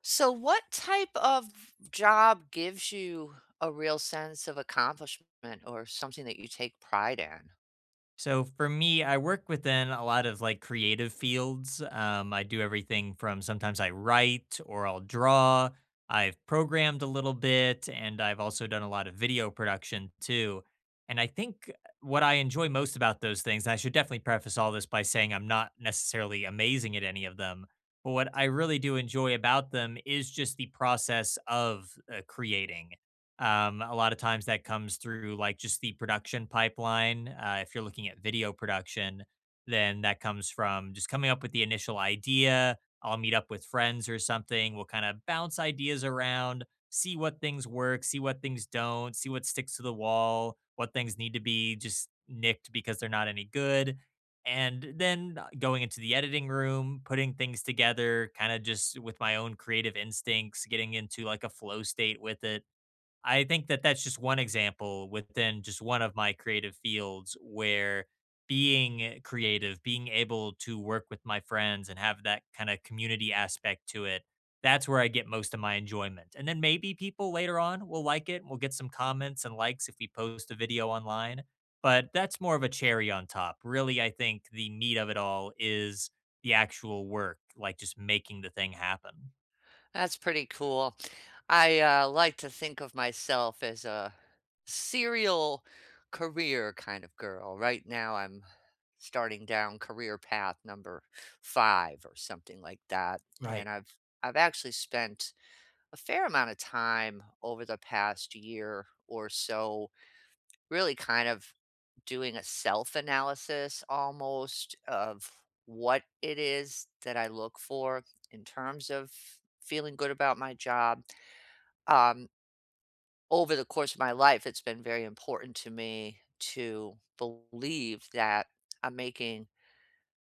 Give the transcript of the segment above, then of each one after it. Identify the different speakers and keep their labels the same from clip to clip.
Speaker 1: So, what type of job gives you a real sense of accomplishment or something that you take pride in?
Speaker 2: So for me, I work within a lot of like creative fields. I do everything from sometimes I write or I'll draw. I've programmed a little bit and I've also done a lot of video production too. And I think what I enjoy most about those things, and I should definitely preface all this by saying I'm not necessarily amazing at any of them, but what I really do enjoy about them is just the process of creating. A lot of times that comes through like just the production pipeline. If you're looking at video production, then that comes from just coming up with the initial idea. I'll meet up with friends or something. We'll kind of bounce ideas around, see what things work, see what things don't, see what sticks to the wall, what things need to be just nicked because they're not any good. And then going into the editing room, putting things together, kind of just with my own creative instincts, getting into like a flow state with it. I think that that's just one example within just one of my creative fields where being creative, being able to work with my friends and have that kind of community aspect to it, that's where I get most of my enjoyment. And then maybe people later on will like it. We'll get some comments and likes if we post a video online, but that's more of a cherry on top. Really, I think the meat of it all is the actual work, like just making the thing happen.
Speaker 1: That's pretty cool. I like to think of myself as a serial career kind of girl. Right now, I'm starting down career path number five or something like that, and
Speaker 2: Right,
Speaker 1: I've actually spent a fair amount of time over the past year or so really kind of doing a self-analysis almost of what it is that I look for in terms of feeling good about my job. Um, Over the course of my life, it's been very important to me to believe that I'm making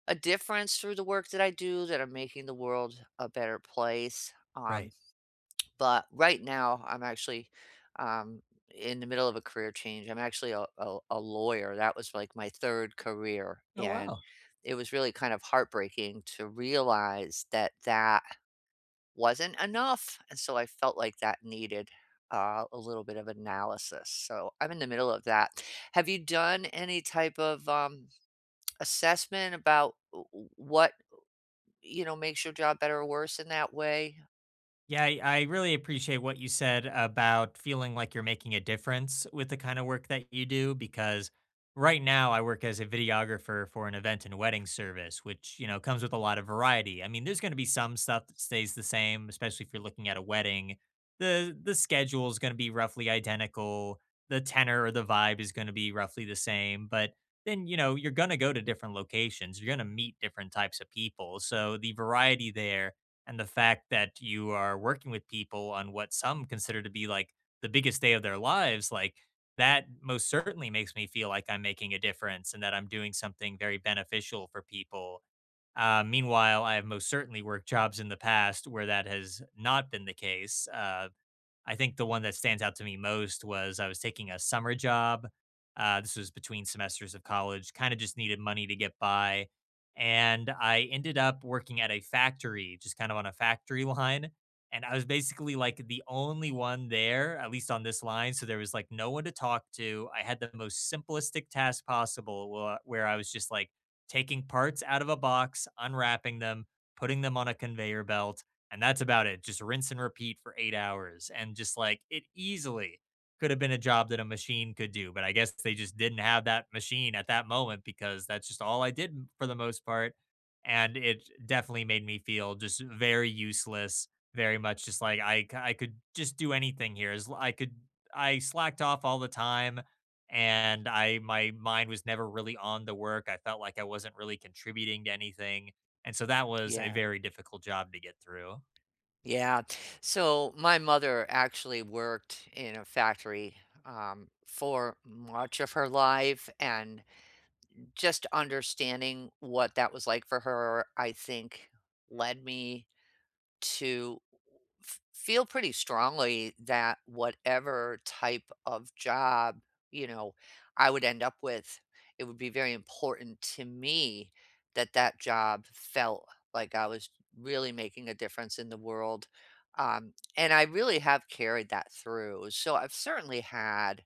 Speaker 1: a difference through the work that I do, that I'm making the world a better place.
Speaker 2: right.
Speaker 1: But right now, I'm actually, um, in the middle of a career change. I'm actually a lawyer. That was like my third career.
Speaker 2: Oh,
Speaker 1: And
Speaker 2: wow.
Speaker 1: it was really kind of heartbreaking to realize that that wasn't enough. And so I felt like that needed a little bit of analysis. So I'm in the middle of that. Have you done any type of assessment about what, you know, makes your job better or worse in that way?
Speaker 2: Yeah, I really appreciate what you said about feeling like you're making a difference with the kind of work that you do because right now I work as a videographer for an event and wedding service, which, you know, comes with a lot of variety. I mean, there's going to be some stuff that stays the same, especially if you're looking at a wedding. The schedule is going to be roughly identical. The tenor or the vibe is going to be roughly the same, but then, you know, you're going to go to different locations. You're going to meet different types of people. So the variety there and the fact that you are working with people on what some consider to be like the biggest day of their lives, like that most certainly makes me feel like I'm making a difference and that I'm doing something very beneficial for people. Meanwhile, I have most certainly worked jobs in the past where that has not been the case. I think the one that stands out to me most was I was taking a summer job. This was between semesters of college, kind of just needed money to get by. And I ended up working at a factory, just kind of on a factory line. And I was basically like the only one there, at least on this line. So there was like no one to talk to. I had the most simplistic task possible where I was just like taking parts out of a box, unwrapping them, putting them on a conveyor belt, and that's about it. Just rinse and repeat for 8 hours. And just like it easily could have been a job that a machine could do. But I guess they just didn't have that machine at that moment because that's just all I did for the most part. And it definitely made me feel just very useless, very much just like I could just do anything here. I could, I slacked off all the time, and I, my mind was never really on the work. I felt like I wasn't really contributing to anything. And so that was a
Speaker 1: Yeah.
Speaker 2: very difficult job to get through.
Speaker 1: Yeah. So my mother actually worked in a factory for much of her life, and just understanding what that was like for her, I think, led me to f feel pretty strongly that whatever type of job, you know, I would end up with, it would be very important to me that that job felt like I was really making a difference in the world, and I really have carried that through. So I've certainly had,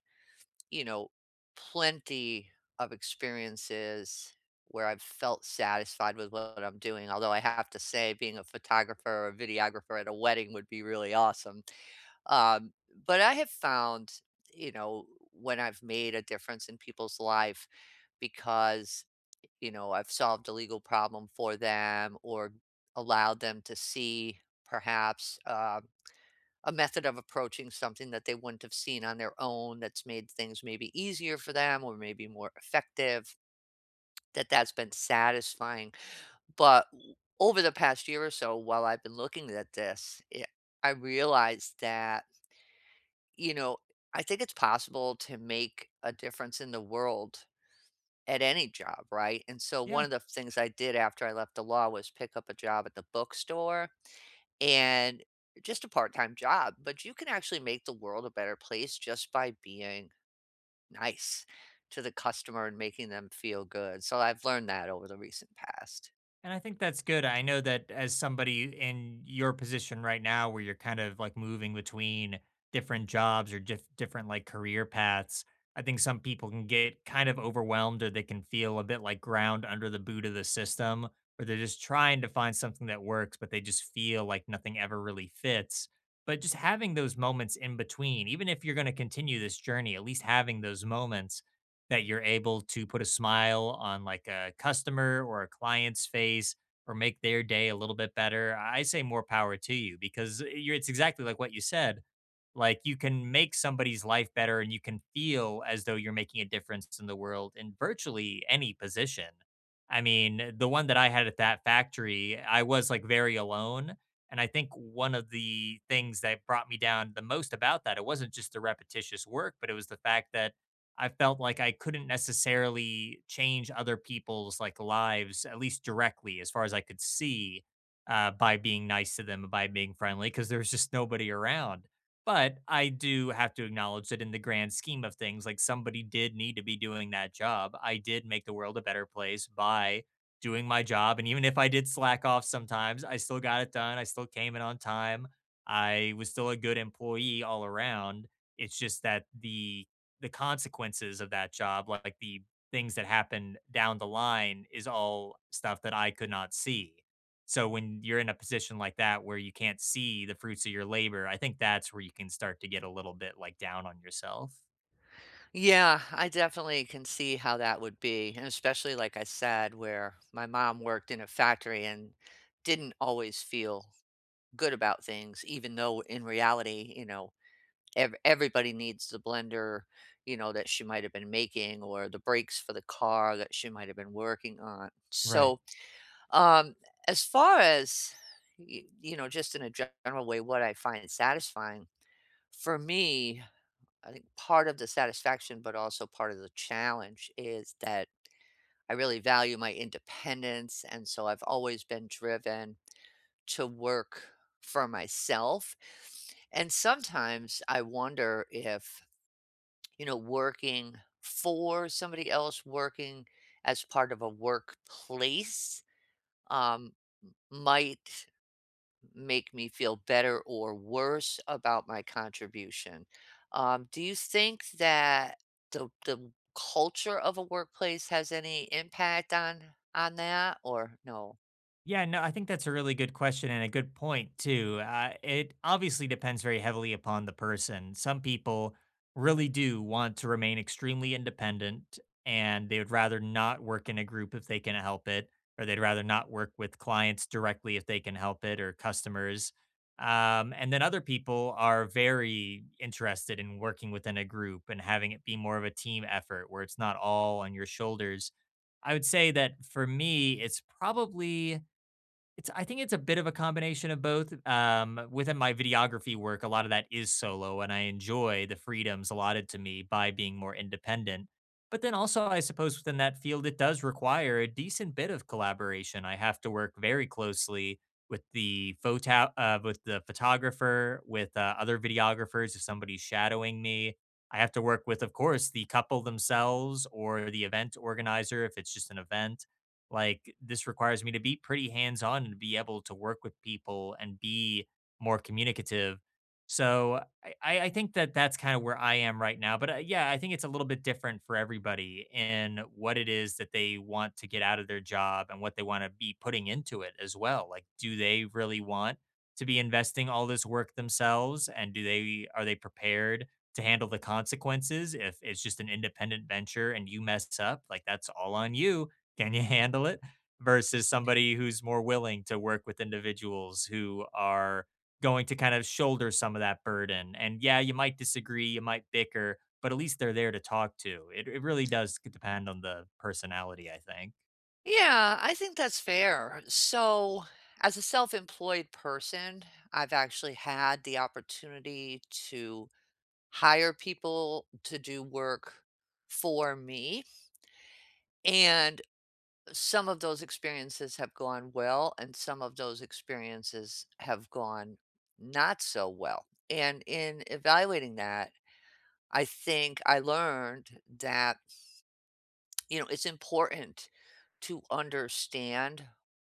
Speaker 1: you know, plenty of experiences where I've felt satisfied with what I'm doing. Although I have to say, being a photographer or a videographer at a wedding would be really awesome. Um, but I have found, you know, when I've made a difference in people's life because, you know, I've solved a legal problem for them or allowed them to see perhaps a method of approaching something that they wouldn't have seen on their own that's made things maybe easier for them or maybe more effective, that that's been satisfying. But over the past year or so while I've been looking at this, it, I realized that, you know, I think it's possible to make a difference in the world at any job, right? And so one
Speaker 2: Yeah.
Speaker 1: of the things I did after I left the law was pick up a job at the bookstore. And just a part-time job, but you can actually make the world a better place just by being nice to the customer and making them feel good. So I've learned that over the recent past.
Speaker 2: And I think that's good. I know that as somebody in your position right now, where you're kind of like moving between different jobs or different like career paths, I think some people can get kind of overwhelmed or they can feel a bit like ground under the boot of the system, or they're just trying to find something that works, but they just feel like nothing ever really fits. But just having those moments in between, even if you're going to continue this journey, at least having those moments that you're able to put a smile on like a customer or a client's face or make their day a little bit better, I say more power to you because you're, it's exactly like what you said. Like, you can make somebody's life better and you can feel as though you're making a difference in the world in virtually any position. I mean, the one that I had at that factory, I was like very alone. And I think one of the things that brought me down the most about that, it wasn't just the repetitious work, but it was the fact that I felt like I couldn't necessarily change other people's like lives, at least directly, as far as I could see, by being nice to them, by being friendly, because there was just nobody around. But I do have to acknowledge that in the grand scheme of things, like somebody did need to be doing that job. I did make the world a better place by doing my job. And even if I did slack off sometimes, I still got it done. I still came in on time. I was still a good employee all around. It's just that the consequences of that job, like the things that happened down the line, is all stuff that I could not see. So when you're in a position like that where you can't see the fruits of your labor, I think that's where you can start to get a little bit, like, down on yourself.
Speaker 1: Yeah, I definitely can see how that would be, and especially like I said, where my mom worked in a factory and didn't always feel good about things, even though in reality, you know, ev everybody needs the blender, you know, that she might have been making or the brakes for the car that she might have been working on.
Speaker 2: Right.
Speaker 1: So, um, as far as, y you know, just in a general way, what I find satisfying, for me, I think part of the satisfaction, but also part of the challenge is that I really value my independence, and so I've always been driven to work for myself, and sometimes I wonder if, you know, working for somebody else, working as part of a workplace, um, might make me feel better or worse about my contribution. Do you think that the culture of a workplace has any impact on that or no?
Speaker 2: Yeah, no, I think that's a really good question and a good point too. It obviously depends very heavily upon the person. Some people really do want to remain extremely independent and they would rather not work in a group if they can help it, or they'd rather not work with clients directly if they can help it, or customers. And then other people are very interested in working within a group and having it be more of a team effort where it's not all on your shoulders. I would say that for me, it's probably it's I think it's a bit of a combination of both. Within my videography work, a lot of that is solo, and I enjoy the freedoms allotted to me by being more independent. But then also, I suppose within that field, it does require a decent bit of collaboration. I have to work very closely with the photo, with the photographer, with other videographers. If somebody's shadowing me, I have to work with, of course, the couple themselves or the event organizer if it's just an event like this requires me to be pretty hands on and be able to work with people and be more communicative. So I think that that's kind of where I am right now. But yeah, I think it's a little bit different for everybody in what it is that they want to get out of their job and what they want to be putting into it as well. Like, do they really want to be investing all this work themselves, and do they are they prepared to handle the consequences if it's just an independent venture and you mess up? Like, that's all on you, can you handle it? Versus somebody who's more willing to work with individuals who are going to kind of shoulder some of that burden. And yeah, you might disagree, you might bicker, but at least they're there to talk to. It really does depend on the personality, I think.
Speaker 1: Yeah, I think that's fair. So, as a self-employed person, I've actually had the opportunity to hire people to do work for me. And some of those experiences have gone well, and some of those experiences have gone not so well. And in evaluating that, I think I learned that, you know, it's important to understand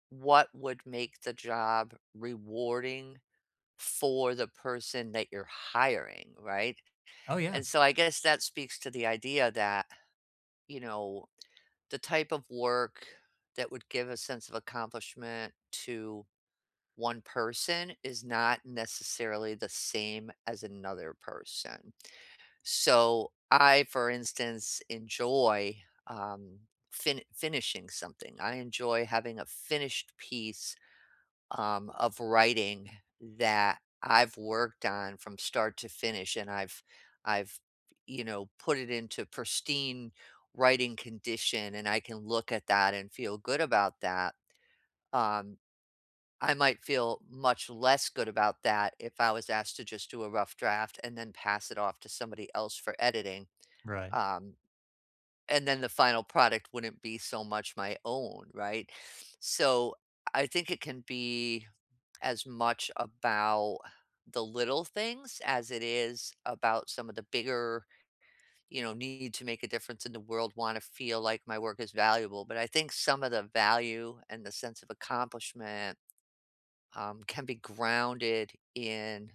Speaker 1: what would make the job rewarding for the person that you're hiring, right?
Speaker 2: Oh, yeah.
Speaker 1: And so I guess that speaks to the idea that, you know, the type of work that would give a sense of accomplishment to one person is not necessarily the same as another person. So, I, for instance, enjoy finishing something. I enjoy having a finished piece of writing that I've worked on from start to finish, and I've you know put it into pristine writing condition, and I can look at that and feel good about that. Um, I might feel much less good about that if I was asked to just do a rough draft and then pass it off to somebody else for editing.
Speaker 2: Right.
Speaker 1: Um, and then the final product wouldn't be so much my own, right? So I think it can be as much about the little things as it is about some of the bigger, you know, need to make a difference in the world, want to feel like my work is valuable. But I think some of the value and the sense of accomplishment can be grounded in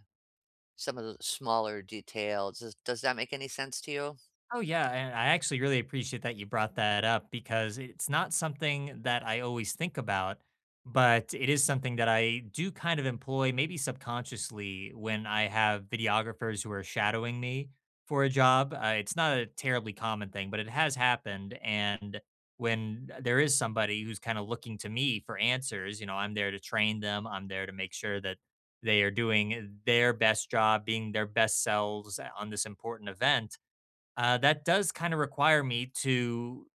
Speaker 1: some of the smaller details. Does that make any sense to you?
Speaker 2: Oh, yeah, and I actually really appreciate that you brought that up because it's not something that I always think about, but it is something that I do kind of employ, maybe subconsciously, when I have videographers who are shadowing me for a job. It's not a terribly common thing, but it has happened. And when there is somebody who's kind of looking to me for answers, you know, I'm there to train them, I'm there to make sure that they are doing their best job, being their best selves on this important event. That does kind of require me to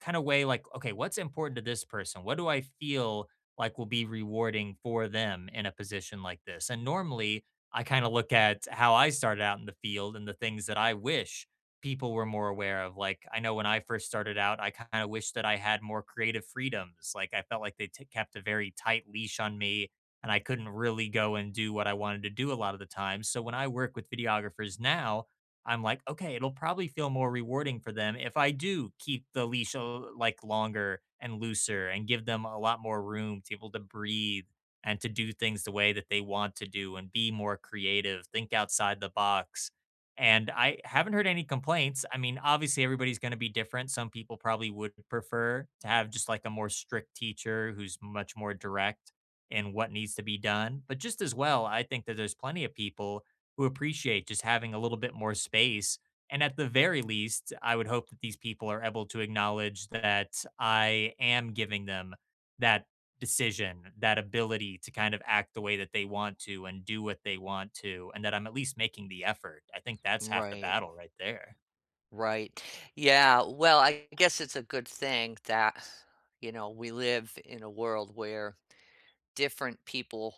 Speaker 2: kind of weigh like, okay, what's important to this person? What do I feel like will be rewarding for them in a position like this? And normally I kind of look at how I started out in the field and the things that I wish people were more aware of. Like, I know when I first started out, I kind of wish that I had more creative freedoms. Like, I felt like they kept a very tight leash on me and I couldn't really go and do what I wanted to do a lot of the time. So when I work with videographers now, I'm like, okay, it'll probably feel more rewarding for them if I do keep the leash like longer and looser and give them a lot more room to be able to breathe and to do things the way that they want to do and be more creative, think outside the box. And I haven't heard any complaints. I mean, obviously, everybody's going to be different. Some people probably would prefer to have just like a more strict teacher who's much more direct in what needs to be done. But just as well, I think that there's plenty of people who appreciate just having a little bit more space. And at the very least, I would hope that these people are able to acknowledge that I am giving them that decision, that ability to kind of act the way that they want to and do what they want to, and that I'm at least making the effort. I think that's half the
Speaker 1: Right,
Speaker 2: battle right there.
Speaker 1: right. Yeah, well, I guess it's a good thing that, you know, we live in a world where different people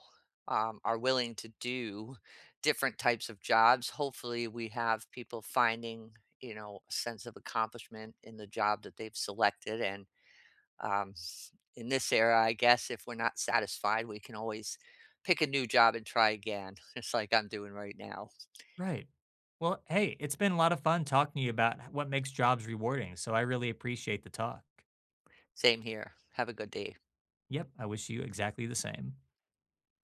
Speaker 1: are willing to do different types of jobs. Hopefully, we have people finding, you know, a sense of accomplishment in the job that they've selected. And um, in this era, I guess if we're not satisfied, we can always pick a new job and try again, just like I'm doing right now.
Speaker 2: Right. Well, hey, it's been a lot of fun talking to you about what makes jobs rewarding. So I really appreciate the talk.
Speaker 1: Same here. Have a good day.
Speaker 2: Yep. I wish you exactly the same.